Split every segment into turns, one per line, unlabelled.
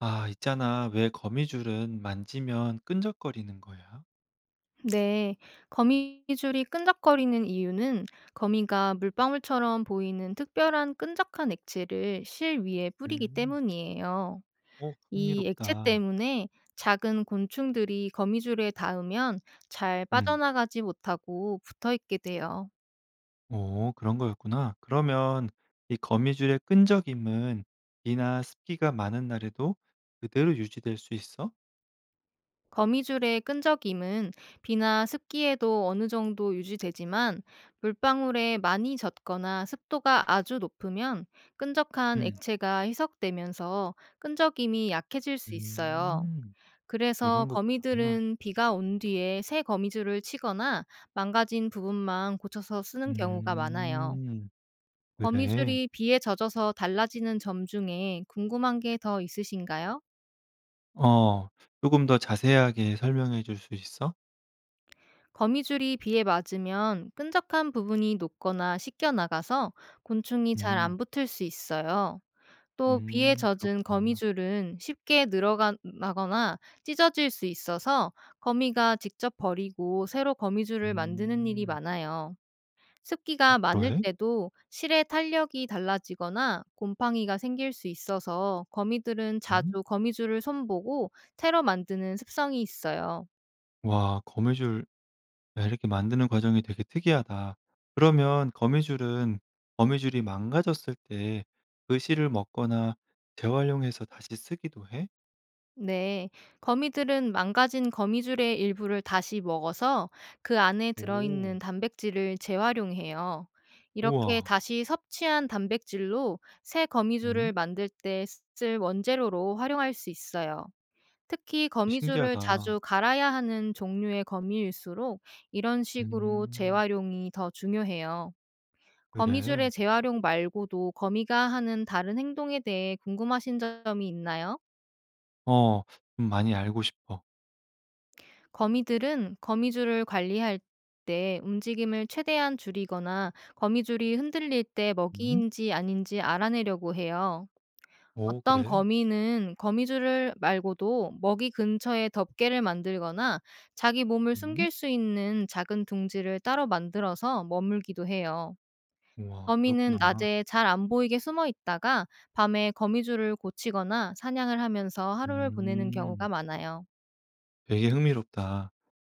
아, 있잖아. 왜 거미줄은 만지면 끈적거리는 거야?
네, 거미줄이 끈적거리는 이유는 거미가 물방울처럼 보이는 특별한 끈적한 액체를 실 위에 뿌리기
음,
때문이에요.
오,
이 액체
흥미롭다.
때문에 작은 곤충들이 거미줄에 닿으면 잘
음,
빠져나가지 못하고 붙어 있게 돼요.
오, 그런 거였구나. 그러면 이 거미줄의 끈적임은 비나 습기가 많은 날에도 그대로 유지될 수 있어?
거미줄의 끈적임은 비나 습기에도 어느 정도 유지되지만, 물방울에 많이 젖거나 습도가 아주 높으면 끈적한
음,
액체가 희석되면서 끈적임이 약해질 수 있어요.
음,
그래서
그런 거구나.
거미들은 비가 온 뒤에 새 거미줄을 치거나 망가진 부분만 고쳐서 쓰는 경우가 많아요.
음. 그래.
거미줄이 비에 젖어서 달라지는 점 중에 궁금한 게 더 있으신가요?
어, 조금 더 자세하게 설명해 줄 수 있어?
거미줄이 비에 맞으면 끈적한 부분이 녹거나 씻겨 나가서 곤충이 잘 안
음,
붙을 수 있어요. 또 비에 젖은
그렇구나.
거미줄은 쉽게 늘어나거나 찢어질 수 있어서, 거미가 직접 버리고 새로 거미줄을 만드는 일이
음,
많아요.
어,
습기가 많을
그래?
때도 실의 탄력이 달라지거나 곰팡이가 생길 수 있어서, 거미들은
음?
자주 거미줄을 손보고 새로 만드는 습성이 있어요.
와, 거미줄. 야, 이렇게 만드는 과정이 되게 특이하다. 그러면 거미줄은, 거미줄이 망가졌을 때 그 씨를 먹거나 재활용해서 다시 쓰기도 해?
네, 거미들은 망가진 거미줄의 일부를 다시 먹어서 그 안에 들어있는
오.
단백질을 재활용해요. 이렇게
우와.
다시 섭취한 단백질로 새 거미줄을
음.
만들 때 쓸 원재료로 활용할 수 있어요. 특히 거미줄을
신기하다.
자주 갈아야 하는 종류의 거미일수록 이런 식으로
음.
재활용이 더 중요해요. 거미줄의
그래?
재활용 말고도 거미가 하는 다른 행동에 대해 궁금하신 점이 있나요?
어. 좀 많이 알고 싶어.
거미들은 거미줄을 관리할 때 움직임을 최대한 줄이거나, 거미줄이 흔들릴 때
음.
먹이인지 아닌지 알아내려고 해요.
오,
어떤
그래?
거미는 거미줄을 말고도 먹이 근처에 덮개를 만들거나 자기 몸을
음.
숨길 수 있는 작은 둥지를 따로 만들어서 머물기도 해요.
우와,
거미는
그렇구나.
낮에 잘 안 보이게 숨어 있다가 밤에 거미줄을 고치거나 사냥을 하면서 하루를 보내는
음.
경우가 많아요.
되게 흥미롭다.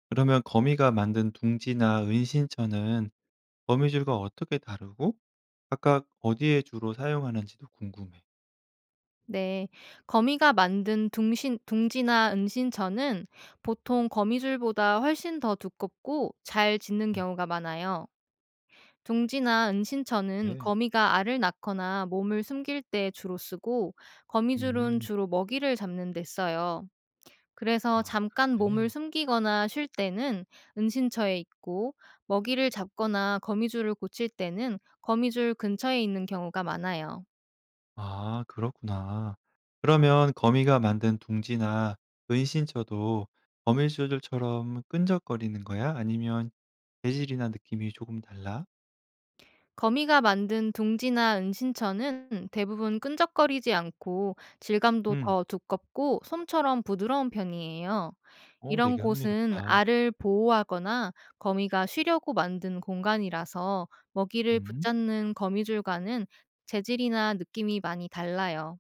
그러면 거미가 만든 둥지나 은신처는 거미줄과 어떻게 다르고 각각 어디에 주로 사용하는지도 궁금해.
네. 거미가 만든 둥신 둥지나 은신처는 보통 거미줄보다 훨씬 더 두껍고 잘 짓는
음.
경우가 많아요. 둥지나 은신처는
네.
거미가 알을 낳거나 몸을 숨길 때 주로 쓰고, 거미줄은
음.
주로 먹이를 잡는 데 써요. 그래서
아.
잠깐 몸을
그래.
숨기거나 쉴 때는 은신처에 있고, 먹이를 잡거나 거미줄을 고칠 때는 거미줄 근처에 있는 경우가 많아요.
아, 그렇구나. 그러면 거미가 만든 둥지나 은신처도 거미줄처럼 끈적거리는 거야? 아니면 재질이나 느낌이 조금 달라?
거미가 만든 둥지나 은신처는 대부분 끈적거리지 않고, 질감도
음.
더 두껍고 솜처럼 부드러운 편이에요.
어,
이런
되게
곳은
흥미롭다.
알을 보호하거나 거미가 쉬려고 만든 공간이라서 먹이를
음.
붙잡는 거미줄과는 재질이나 느낌이 많이 달라요.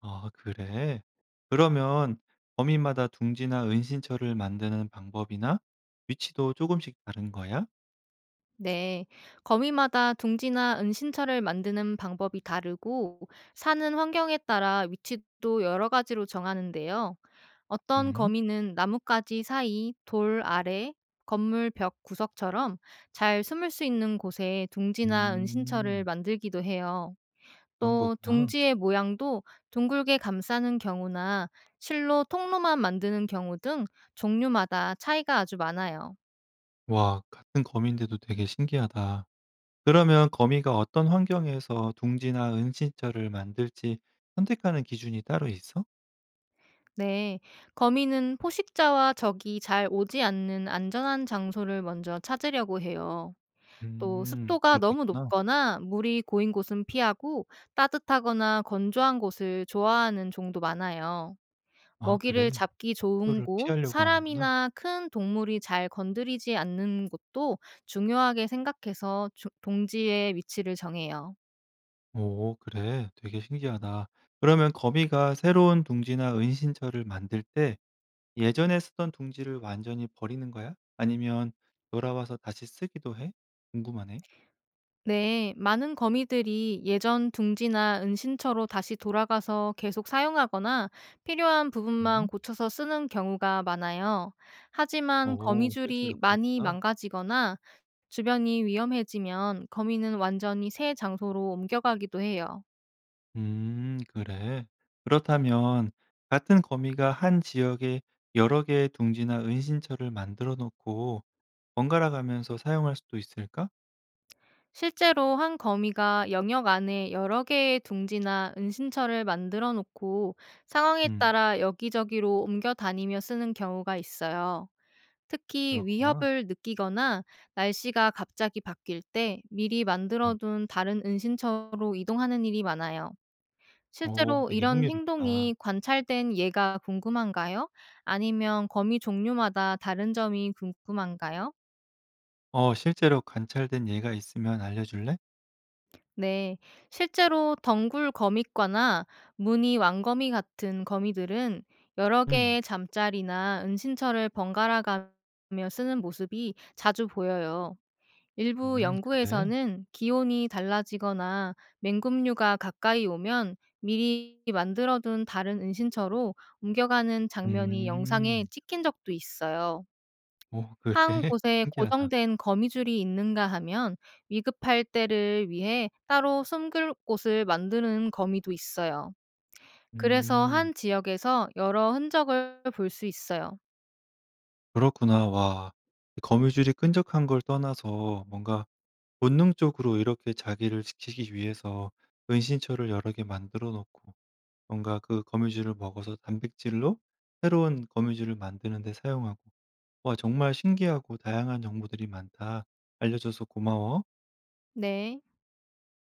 아, 그래? 그러면 거미마다 둥지나 은신처를 만드는 방법이나 위치도 조금씩 다른 거야?
네. 거미마다 둥지나 은신처를 만드는 방법이 다르고, 사는 환경에 따라 위치도 여러 가지로 정하는데요. 어떤
음.
거미는 나뭇가지 사이, 돌 아래, 건물 벽 구석처럼 잘 숨을 수 있는 곳에 둥지나 은신처를
음.
만들기도 해요.
그런
또
거구나.
둥지의 모양도 둥글게 감싸는 경우나 실로 통로만 만드는 경우 등 종류마다 차이가 아주 많아요.
와, 같은 거미인데도 되게 신기하다. 그러면 거미가 어떤 환경에서 둥지나 은신처를 만들지 선택하는 기준이 따로 있어?
네, 거미는 포식자와 적이 잘 오지 않는 안전한 장소를 먼저 찾으려고 해요. 또
음,
습도가 너무
그렇겠구나.
높거나 물이 고인 곳은 피하고, 따뜻하거나 건조한 곳을 좋아하는 종도 많아요.
아,
먹이를
그래.
잡기
해
좋은
를
곳,
피하려고 하는구나.
사람이나 큰 동물이 잘 건드리지 않는 곳도 중요하게 생각해서 동지의 위치를 정해요.
오, 그래. 되게 신기하다. 그러면 거미가 새로운 둥지나 은신처를 만들 때 예전에 쓰던 둥지를 완전히 버리는 거야? 아니면 돌아와서 다시 쓰기도 해? 궁금하네.
네, 많은 거미들이 예전 둥지나 은신처로 다시 돌아가서 계속 사용하거나 필요한 부분만
음.
고쳐서 쓰는 경우가 많아요. 하지만
오, 실제로
거미줄이 많이
그렇구나.
망가지거나 주변이 위험해지면 거미는 완전히 새 장소로 옮겨가기도 해요.
그래. 그렇다면 같은 거미가 한 지역에 여러 개의 둥지나 은신처를 만들어 놓고 번갈아 가면서 사용할 수도 있을까?
실제로 한 거미가 영역 안에 여러 개의 둥지나 은신처를 만들어 놓고 상황에
음,
따라 여기저기로 옮겨 다니며 쓰는 경우가 있어요. 특히
그렇구나.
위협을 느끼거나 날씨가 갑자기 바뀔 때 미리 만들어
음.
둔 다른 은신처로 이동하는 일이 많아요.
오,
실제로
되게
이런
흥미롭다.
행동이 관찰된 예가 궁금한가요? 아니면 거미 종류마다 다른 점이 궁금한가요?
어, 실제로 관찰된 예가 있으면 알려줄래?
네, 실제로 덩굴 거미과나 무늬 왕거미 같은 거미들은 여러
음,
개의 잠자리나 은신처를 번갈아 가며 쓰는 모습이 자주 보여요. 일부
그래.
연구에서는 기온이 달라지거나 맹금류가 가까이 오면 미리 만들어둔 다른 은신처로 옮겨가는 장면이 영상에
음,
찍힌 적도 있어요.
오, 그래.
한 곳에
신기하다.
고정된 거미줄이 있는가 하면 위급할 때를 위해 따로 숨길 곳을 만드는 거미도 있어요. 그래서
음,
한 지역에서 여러 흔적을 볼 수 있어요.
그렇구나. 와. 거미줄이 끈적한 걸 떠나서 뭔가 본능적으로 이렇게 자기를 지키기 위해서 은신처를 여러 개 만들어 놓고, 뭔가 그 거미줄을 먹어서 단백질로 새로운 거미줄을 만드는 데 사용하고, '와, 정말 신기하고 다양한 정보들이 많다. 알려줘서 고마워.'
네.